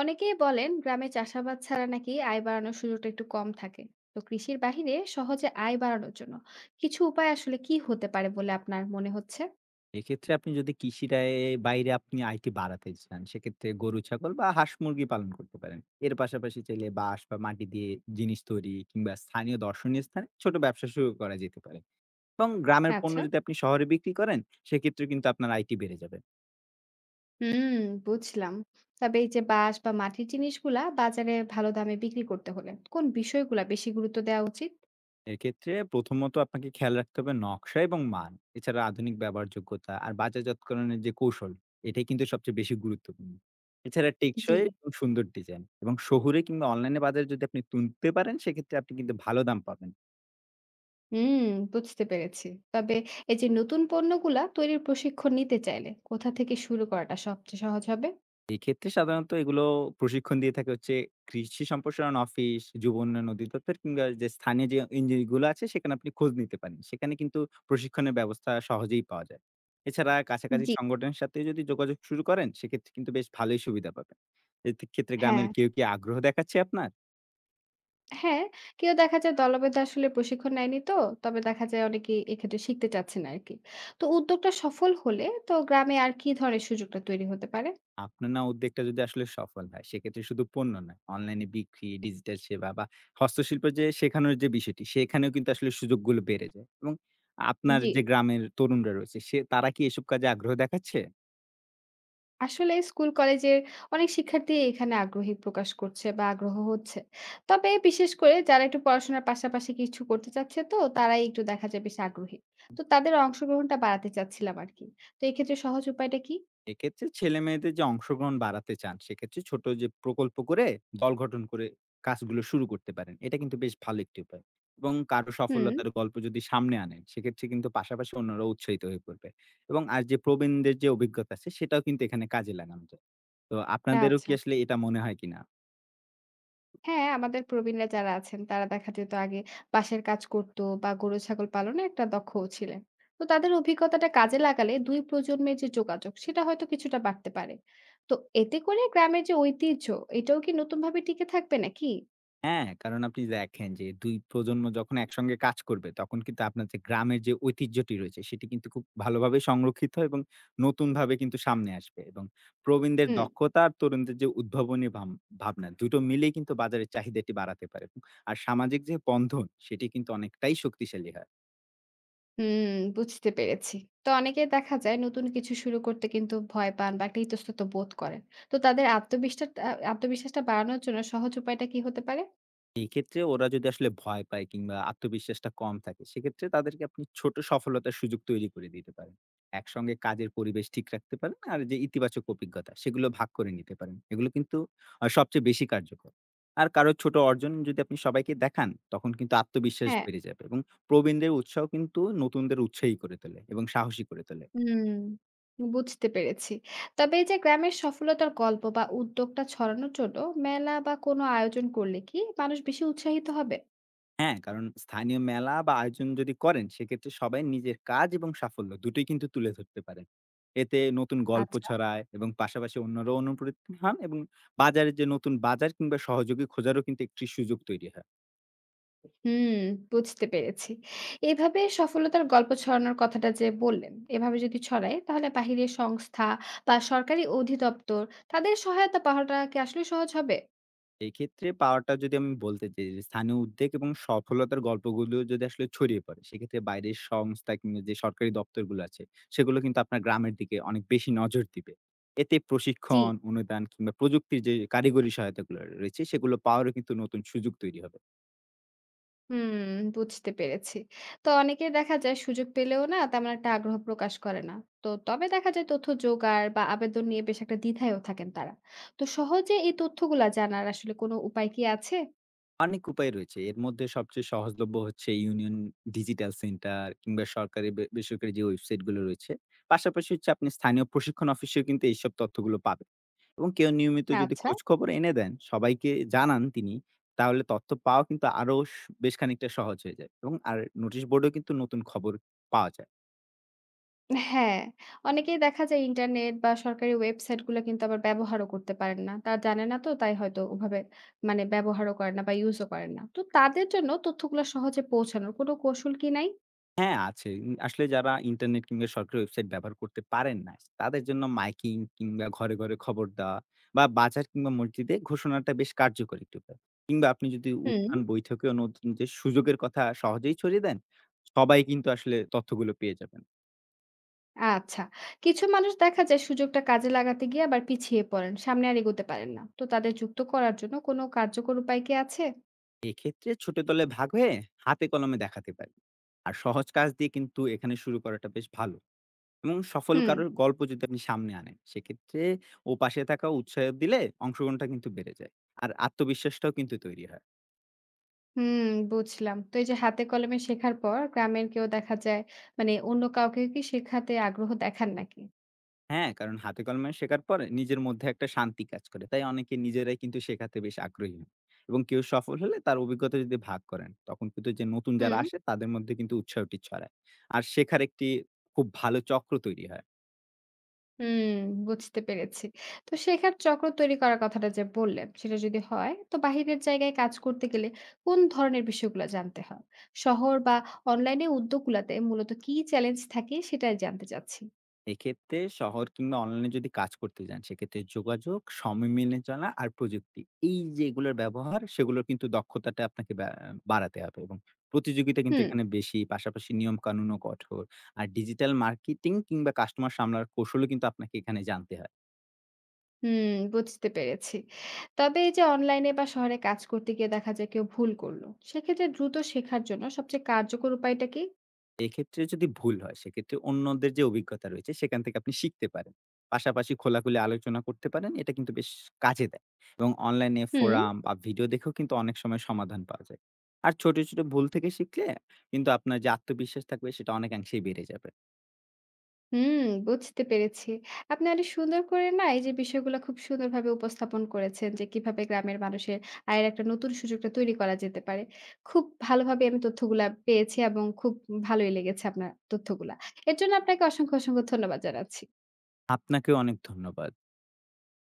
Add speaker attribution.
Speaker 1: অনেকেই বলেন গ্রামে চাষাবাদ ছাড়া নাকি আয় বাড়ানোর সুযোগটা একটু কম থাকে। তো কৃষির বাহিরে সহজে আয় বাড়ানোর জন্য কিছু উপায় আসলে কি হতে পারে বলে আপনার মনে হচ্ছে?
Speaker 2: এক্ষেত্রে আপনি যদি কৃষিটায় বাইরে আপনি আয়টি বাড়াতে চান, সেক্ষেত্রে গরু, ছাগল বা হাঁস, মুরগি পালন করতে পারেন। এর পাশাপাশি চাইলে বাঁশ বা মাটি দিয়ে জিনিস তৈরি কিংবা স্থানীয় দর্শনীয় স্থানে ছোট ব্যবসা শুরু করা যেতে পারে। এবং গ্রামের পণ্য
Speaker 1: আচ্ছা।
Speaker 2: যদি আপনি শহরে বিক্রি করেন, সেক্ষেত্রে কিন্তু আপনার আয়টি বেড়ে যাবে।
Speaker 1: হুম। বুঝলাম। তবে এই যে বাঁশ বা মাটির জিনিসগুলা বাজারে ভালো দামে বিক্রি করতে হলে কোন বিষয়গুলা বেশি গুরুত্ব দেওয়া উচিত?
Speaker 2: এক্ষেত্রে প্রথমত আপনাকে খেয়াল রাখতে হবে নকশা এবং মান। এছাড়া আধুনিক ব্যবহারযোগ্যতা আর বাজারজাতকরণের যে কৌশল, এটাই কিন্তু সবচেয়ে বেশি গুরুত্বপূর্ণ। এছাড়া
Speaker 1: জি।
Speaker 2: টেকসই এবং সুন্দর ডিজাইন এবং শহুরে কিংবা অনলাইনে বাজারে যদি আপনি তুলতে পারেন সেক্ষেত্রে আপনি কিন্তু ভালো দাম পাবেন।
Speaker 1: হুম। বুঝতে পেরেছি। তবে এই যে নতুন পণ্যগুলা তৈরির প্রশিক্ষণ নিতে চাইলে কোথা থেকে শুরু করাটা সবচেয়ে সহজ হবে?
Speaker 2: এক্ষেত্রে সাধারণত এগুলো প্রশিক্ষণ দিয়ে থাকে হচ্ছে কৃষি সম্প্রসারণ অফিস, যুব উন্নয়ন অধিদপ্তর কিংবা যে স্থানীয় এনজিও গুলো আছে সেখানে আপনি খোঁজ নিতে পারেন। সেখানে কিন্তু প্রশিক্ষণের ব্যবস্থা সহজেই পাওয়া যায়। এছাড়া কাছাকাছি
Speaker 1: জি।
Speaker 2: সংগঠনের সাথে যদি যোগাযোগ শুরু করেন সেক্ষেত্রে কিন্তু বেশ ভালোই সুবিধা পাবেন। এক্ষেত্রে
Speaker 1: হ্যাঁ,
Speaker 2: গ্রামের কেউ কি আগ্রহ দেখাচ্ছে আপনার?
Speaker 1: হ্যাঁ, কেউ দেখা যায় দলবেঁধে আসলে প্রশিক্ষণ নেয়নি তো। তবে দেখা যায় অনেকেই এক্ষেত্রে শিখতে চাচ্ছেন আরকি। তো উদ্যোগটা সফল হলে তো গ্রামে আর কি ধরনের সুযোগটা তৈরি হতে পারে?
Speaker 2: আপনার না উদ্যোগটা যদি আসলে সফল হয়, সেক্ষেত্রে শুধু পণ্য নয়, অনলাইনে বিক্রি, ডিজিটাল সেবা বা হস্তশিল্প শেখানোর যে বিষয়টি, সেখানেও কিন্তু আসলে সুযোগগুলো বেড়ে যায়। এবং আপনার
Speaker 1: জি।
Speaker 2: যে গ্রামের তরুণরা রয়েছে, সে তারা কি এসব কাজে আগ্রহ দেখাচ্ছে?
Speaker 1: আসলে স্কুল কলেজের অনেক শিক্ষার্থী এখানে আগ্রহী প্রকাশ করছে বা আগ্রহ হচ্ছে। তবে বিশেষ করে যারা একটু পড়াশোনার পাশাপাশি কিছু করতে চাচ্ছে তো তারাই একটু দেখা যায় বেশ আগ্রহী। তো তাদের অংশগ্রহণটা বাড়াতে চাচ্ছিলাম আরকি। তো এক্ষেত্রে সহজ উপায়টা কি?
Speaker 2: এক্ষেত্রে ছেলেমেয়েদের যে অংশগ্রহণ বাড়াতে চান, সেক্ষেত্রে ছোট যে প্রকল্প করে দল গঠন করে কাজগুলো শুরু করতে পারেন। এটা কিন্তু বেশ ভালো একটি উপায়। এবং কারো
Speaker 1: হুম।
Speaker 2: সফলতার গল্প যদি সামনে আনেন, সেক্ষেত্রে কিন্তু পাশাপাশি অন্যরা উৎসাহিত হয়ে পড়বে। এবং আর যে প্রবীণদের যে অভিজ্ঞতা আছে, সেটাও কিন্তু এখানে কাজে লাগানো যায়। তো আপনাদেরও কি
Speaker 1: আচ্ছা।
Speaker 2: আসলে এটা মনে হয় কিনা?
Speaker 1: হ্যাঁ, আমাদের প্রবীণরা যারা আছেন তারা দেখা যেত আগে বাঁশের কাজ করত বা গরু ছাগল পালনে একটা দক্ষও ছিলেন। তো তাদের অভিজ্ঞতাটা কাজে লাগালে ২ প্রজন্মের যে যোগাযোগ সেটা হয়তো কিছুটা বাড়তে পারে। তো এতে করে গ্রামের যে ঐতিহ্য এটাও কি নতুনভাবে টিকে থাকবে নাকি?
Speaker 2: হ্যাঁ, কারণ আপনি দেখেন যে ২ প্রজন্ম যখন একসঙ্গে কাজ করবে তখন কিন্তু আপনার যে গ্রামের যে ঐতিহ্যটি রয়েছে সেটি কিন্তু খুব ভালোভাবে সংরক্ষিত হয় এবং নতুনভাবে কিন্তু সামনে আসবে। এবং প্রবীণদের
Speaker 1: হুম,
Speaker 2: দক্ষতা আর তরুণদের যে উদ্ভাবনী ভাবনা দুটো মিলেই কিন্তু বাজারের চাহিদাটি বাড়াতে পারে। আর সামাজিক যে বন্ধন সেটি কিন্তু অনেকটাই শক্তিশালী হয়।
Speaker 1: হুম, বুঝতে পেরেছি। তো অনেকে দেখা যায় নতুন কিছু শুরু করতে কিন্তু ভয় পান বা একটা ইতস্তত বোধ করেন। তো তাদের আত্মবিষ্ঠা আ আত্মবিশ্বাসটা বাড়ানোর জন্য সহজ উপায়টা কি হতে পারে?
Speaker 2: এই ক্ষেত্রে ওরা যদি আসলে ভয় পায় কিংবা আত্মবিশ্বাসটা কম থাকে, সেক্ষেত্রে তাদেরকে আপনি ছোট সফলতার সুযোগ তৈরি করে দিতে পারেন। একসঙ্গে কাজের পরিবেশ ঠিক রাখতে পারেন আর যে ইতিবাচক অভিজ্ঞতা সেগুলো ভাগ করে নিতে পারেন। এগুলো কিন্তু সবচেয়ে বেশি কার্যকর। আর কারো ছোট অর্জন যদি আপনি সবাইকে দেখান, তখন কিন্তু আত্মবিশ্বাস
Speaker 1: হ্যাঁ।
Speaker 2: বেড়ে যাবে। এবং প্রবীণদের উৎসাহ কিন্তু নতুনদের উৎসাহী করে তোলে এবং সাহসী করে তোলে।
Speaker 1: হুম, বুঝতে পেরেছি। তবে এই যে গ্রামের সফলতার গল্প বা উদ্যোগটা ছড়ানোর জন্য মেলা বা কোনো আয়োজন করলে কি মানুষ বেশি উৎসাহিত হবে?
Speaker 2: হ্যাঁ, কারণ স্থানীয় মেলা বা আয়োজন যদি করেন সেক্ষেত্রে সবাই নিজের কাজ এবং সাফল্য দুটোই কিন্তু তুলে ধরতে পারেন। এতে নতুন গল্প
Speaker 1: আচ্ছা।
Speaker 2: ছড়ায় এবং পাশাপাশি অন্যরাও অনুপ্রেরিত হন। এবং বাজারে যে নতুন বাজার কিংবা সহযোগী খোঁজারও কিন্তু একটি সুযোগ তৈরি হয়।
Speaker 1: হুম, বুঝতে পেরেছি। এভাবে সফলতার গল্প ছড়ানোর কথাটা যে বললেন, এভাবে যদি ছড়ায় তাহলে বাহিরের সংস্থা বা সরকারি অধিদপ্তর তাদের সহায়তা পাওয়াটা কি আসলে সহজ হবে?
Speaker 2: এক্ষেত্রে পাওয়াটা যদি আমি বলতে চাই যে স্থানীয় উদ্যোগ এবং সফলতার গল্পগুলো যদি আসলে ছড়িয়ে পড়ে সেক্ষেত্রে বাইরের সংস্থা কিংবা যে সরকারি দপ্তরগুলো আছে সেগুলো কিন্তু আপনার গ্রামের দিকে অনেক বেশি নজর দিবে। এতে
Speaker 1: জি।
Speaker 2: প্রশিক্ষণ অনুদান কিংবা প্রযুক্তির যে কারিগরি সহায়তাগুলো রয়েছে সেগুলো পাওয়ারও কিন্তু নতুন সুযোগ তৈরি হবে।
Speaker 1: হুম, বুঝতে পেরেছি। তো অনেকেই দেখা যায় সুযোগ পেলেও না তেমন একটা আগ্রহ প্রকাশ করে না। তো তবে দেখা যায় তথ্য জোগাড় বা আবেদন নিয়ে বেশ একটা দ্বিধায়ও থাকেন তারা। তো সহজে এই তথ্যগুলা জানার আসলে কোনো উপায় কি আছে?
Speaker 2: অনেক উপায় রয়েছে, এর মধ্যে সবচেয়ে সহজলভ্য হচ্ছে ইউনিয়ন ডিজিটাল সেন্টার কিংবা সরকারি বেসরকারি যে ওয়েবসাইটগুলো রয়েছে। পাশাপাশি হচ্ছে আপনি স্থানীয় প্রশিক্ষণ অফিসেও কিন্তু এইসব তথ্যগুলো পাবেন। এবং কেউ নিয়মিত যদি
Speaker 1: আচ্ছা।
Speaker 2: খোঁজখবর এনে দেন, সবাইকে জানান তিনি, তাহলে তথ্য পাওয়া কিন্তু আরো স বেশ খানিকটা সহজ হয়ে যায়। এবং আর নোটিশ বোর্ডেও কিন্তু নতুন খবর পাওয়া যায়।
Speaker 1: হ্যাঁ, অনেকেই দেখা যায় ইন্টারনেট বা সরকারি ওয়েবসাইটগুলো কিন্তু আবার ব্যবহারও করতে পারেন না। তারা জানে না তো তাই হয়তো ওভাবে মানে ব্যবহারও করে না বা ইউজও করেন না। তো তাদের জন্য তথ্যগুলো সহজে পৌঁছানোর কোনো কৌশল কি নাই?
Speaker 2: হ্যাঁ, আছে। আসলে যারা ইন্টারনেট কিংবা সরকারি ওয়েবসাইট ব্যবহার করতে পারেন না, তাদের জন্য মাইকিং কিংবা ঘরে, ঘরে খবর দেওয়া বা বাজার কিংবা মসজিদে ঘোষণাটা বেশ কার্যকর একটি উপায়। কিংবা আপনি যদি
Speaker 1: হুম।
Speaker 2: উত্থান বৈঠকেও নতুন যে সুযোগের কথা সহজেই ছড়িয়ে দেন, সবাই কিন্তু আসলে তথ্যগুলো পেয়ে যাবেন।
Speaker 1: আচ্ছা। কিছু মানুষ দেখা যায় সুযোগটা কাজে লাগাতে গিয়ে আবার পিছিয়ে পড়েন। সামনে আর এগোতে পারেন না। তো তাদের যুক্ত করার জন্য কোনো কার্যকর উপায় কি আছে?
Speaker 2: এক্ষেত্রে ছোট দলে ভাগ হয়ে হাতে কলমে দেখাতে পারি। আর সহজ কাজ দিয়ে কিন্তু এখানে শুরু করাটা বেশ ভালো। এবং সফল
Speaker 1: হুম,
Speaker 2: কারোর গল্প যদি আপনি সামনে আনেন সেক্ষেত্রে ও পাশে থাকা উৎসাহ দিলে অংশগ্রহণটা কিন্তু বেড়ে যায়, আর আত্মবিশ্বাসটাও কিন্তু তৈরি হয়।
Speaker 1: হুম, বুঝলাম। তো এই যে হাতে কলমে শেখার পর গ্রামের কেউ দেখা যায় মানে অন্য কাউকে কি শেখাতে আগ্রহ দেখান নাকি?
Speaker 2: হ্যাঁ, কারণ হাতে কলমে শেখার পরে নিজের মধ্যে একটা শান্তি কাজ করে, তাই অনেকে নিজেরাই কিন্তু শেখাতে বেশ আগ্রহী হন। এবং কেউ সফল হলে তার অভিজ্ঞতা যদি ভাগ করেন তখন কিন্তু যে নতুন যারা
Speaker 1: হুম।
Speaker 2: আসে তাদের মধ্যে কিন্তু উৎসাহটি ছড়ায়। আর শেখার একটি খুব ভালো চক্র তৈরি হয়।
Speaker 1: হুম, বুঝতে পেরেছি। তো শেখার চক্র তৈরি করার কথাটা যে বললেন, সেটা যদি হয় তো বাহিরের জায়গায় কাজ করতে গেলে কোন ধরনের বিষয়গুলা জানতে হয়? শহর বা অনলাইনে উদ্যোগগুলাতে মূলত কি চ্যালেঞ্জ থাকে সেটাই জানতে চাচ্ছি।
Speaker 2: এক্ষেত্রে শহর কিংবা অনলাইনে যদি কাজ করতে যান সেক্ষেত্রে যোগাযোগ, সময় মেনে চলা আর প্রযুক্তি, এই যেগুলোর ব্যবহার সেগুলোর কিন্তু দক্ষতাটা আপনাকে বাড়াতে হবে। এবং প্রতিযোগিতা কিন্তু
Speaker 1: হুম,
Speaker 2: এখানে বেশি, পাশাপাশি নিয়ম কানুনও কঠোর। আর ডিজিটাল মার্কেটিং কিংবা কাস্টমার সামলার কৌশলও কিন্তু আপনাকে এখানে জানতে হবে।
Speaker 1: হুম, বুঝতে পেরেছি। তবে এই যে অনলাইনে বা শহরে কাজ করতে গিয়ে দেখা যায় কেউ ভুল করলো। সেক্ষেত্রে দ্রুত শেখার জন্য সবচেয়ে কার্যকর উপায়টা কি?
Speaker 2: এক্ষেত্রে যদি ভুল হয় সেক্ষেত্রে অন্যদের যে অভিজ্ঞতা রয়েছে সেখান থেকে আপনি শিখতে পারেন। পাশাপাশি খোলাখুলি আলোচনা করতে পারেন। এটা কিন্তু বেশ কাজে দেয়। এবং অনলাইনে
Speaker 1: হুম।
Speaker 2: ফোরাম বা ভিডিও দেখেও কিন্তু অনেক সময় সমাধান পাওয়া যায়। আর ছোট, ছোট ভুল থেকে শিখলে কিন্তু আপনার যে আত্মবিশ্বাস থাকবে সেটা অনেকাংশেই বেড়ে যাবে।
Speaker 1: হুম, বুঝতে পেরেছি। আপনি অনেক সুন্দর করে না এই যে বিষয়গুলা খুব সুন্দরভাবে উপস্থাপন করেছেন যে কিভাবে গ্রামের মানুষের আয়ের একটা নতুন সুযোগটা তৈরি করা যেতে পারে। খুব ভালোভাবে আমি তথ্যগুলা পেয়েছি এবং খুব ভালোই লেগেছে আপনার তথ্যগুলা। এর জন্য আপনাকে অসংখ্য, অসংখ্য ধন্যবাদ জানাচ্ছি।
Speaker 2: আপনাকেও অনেক ধন্যবাদ।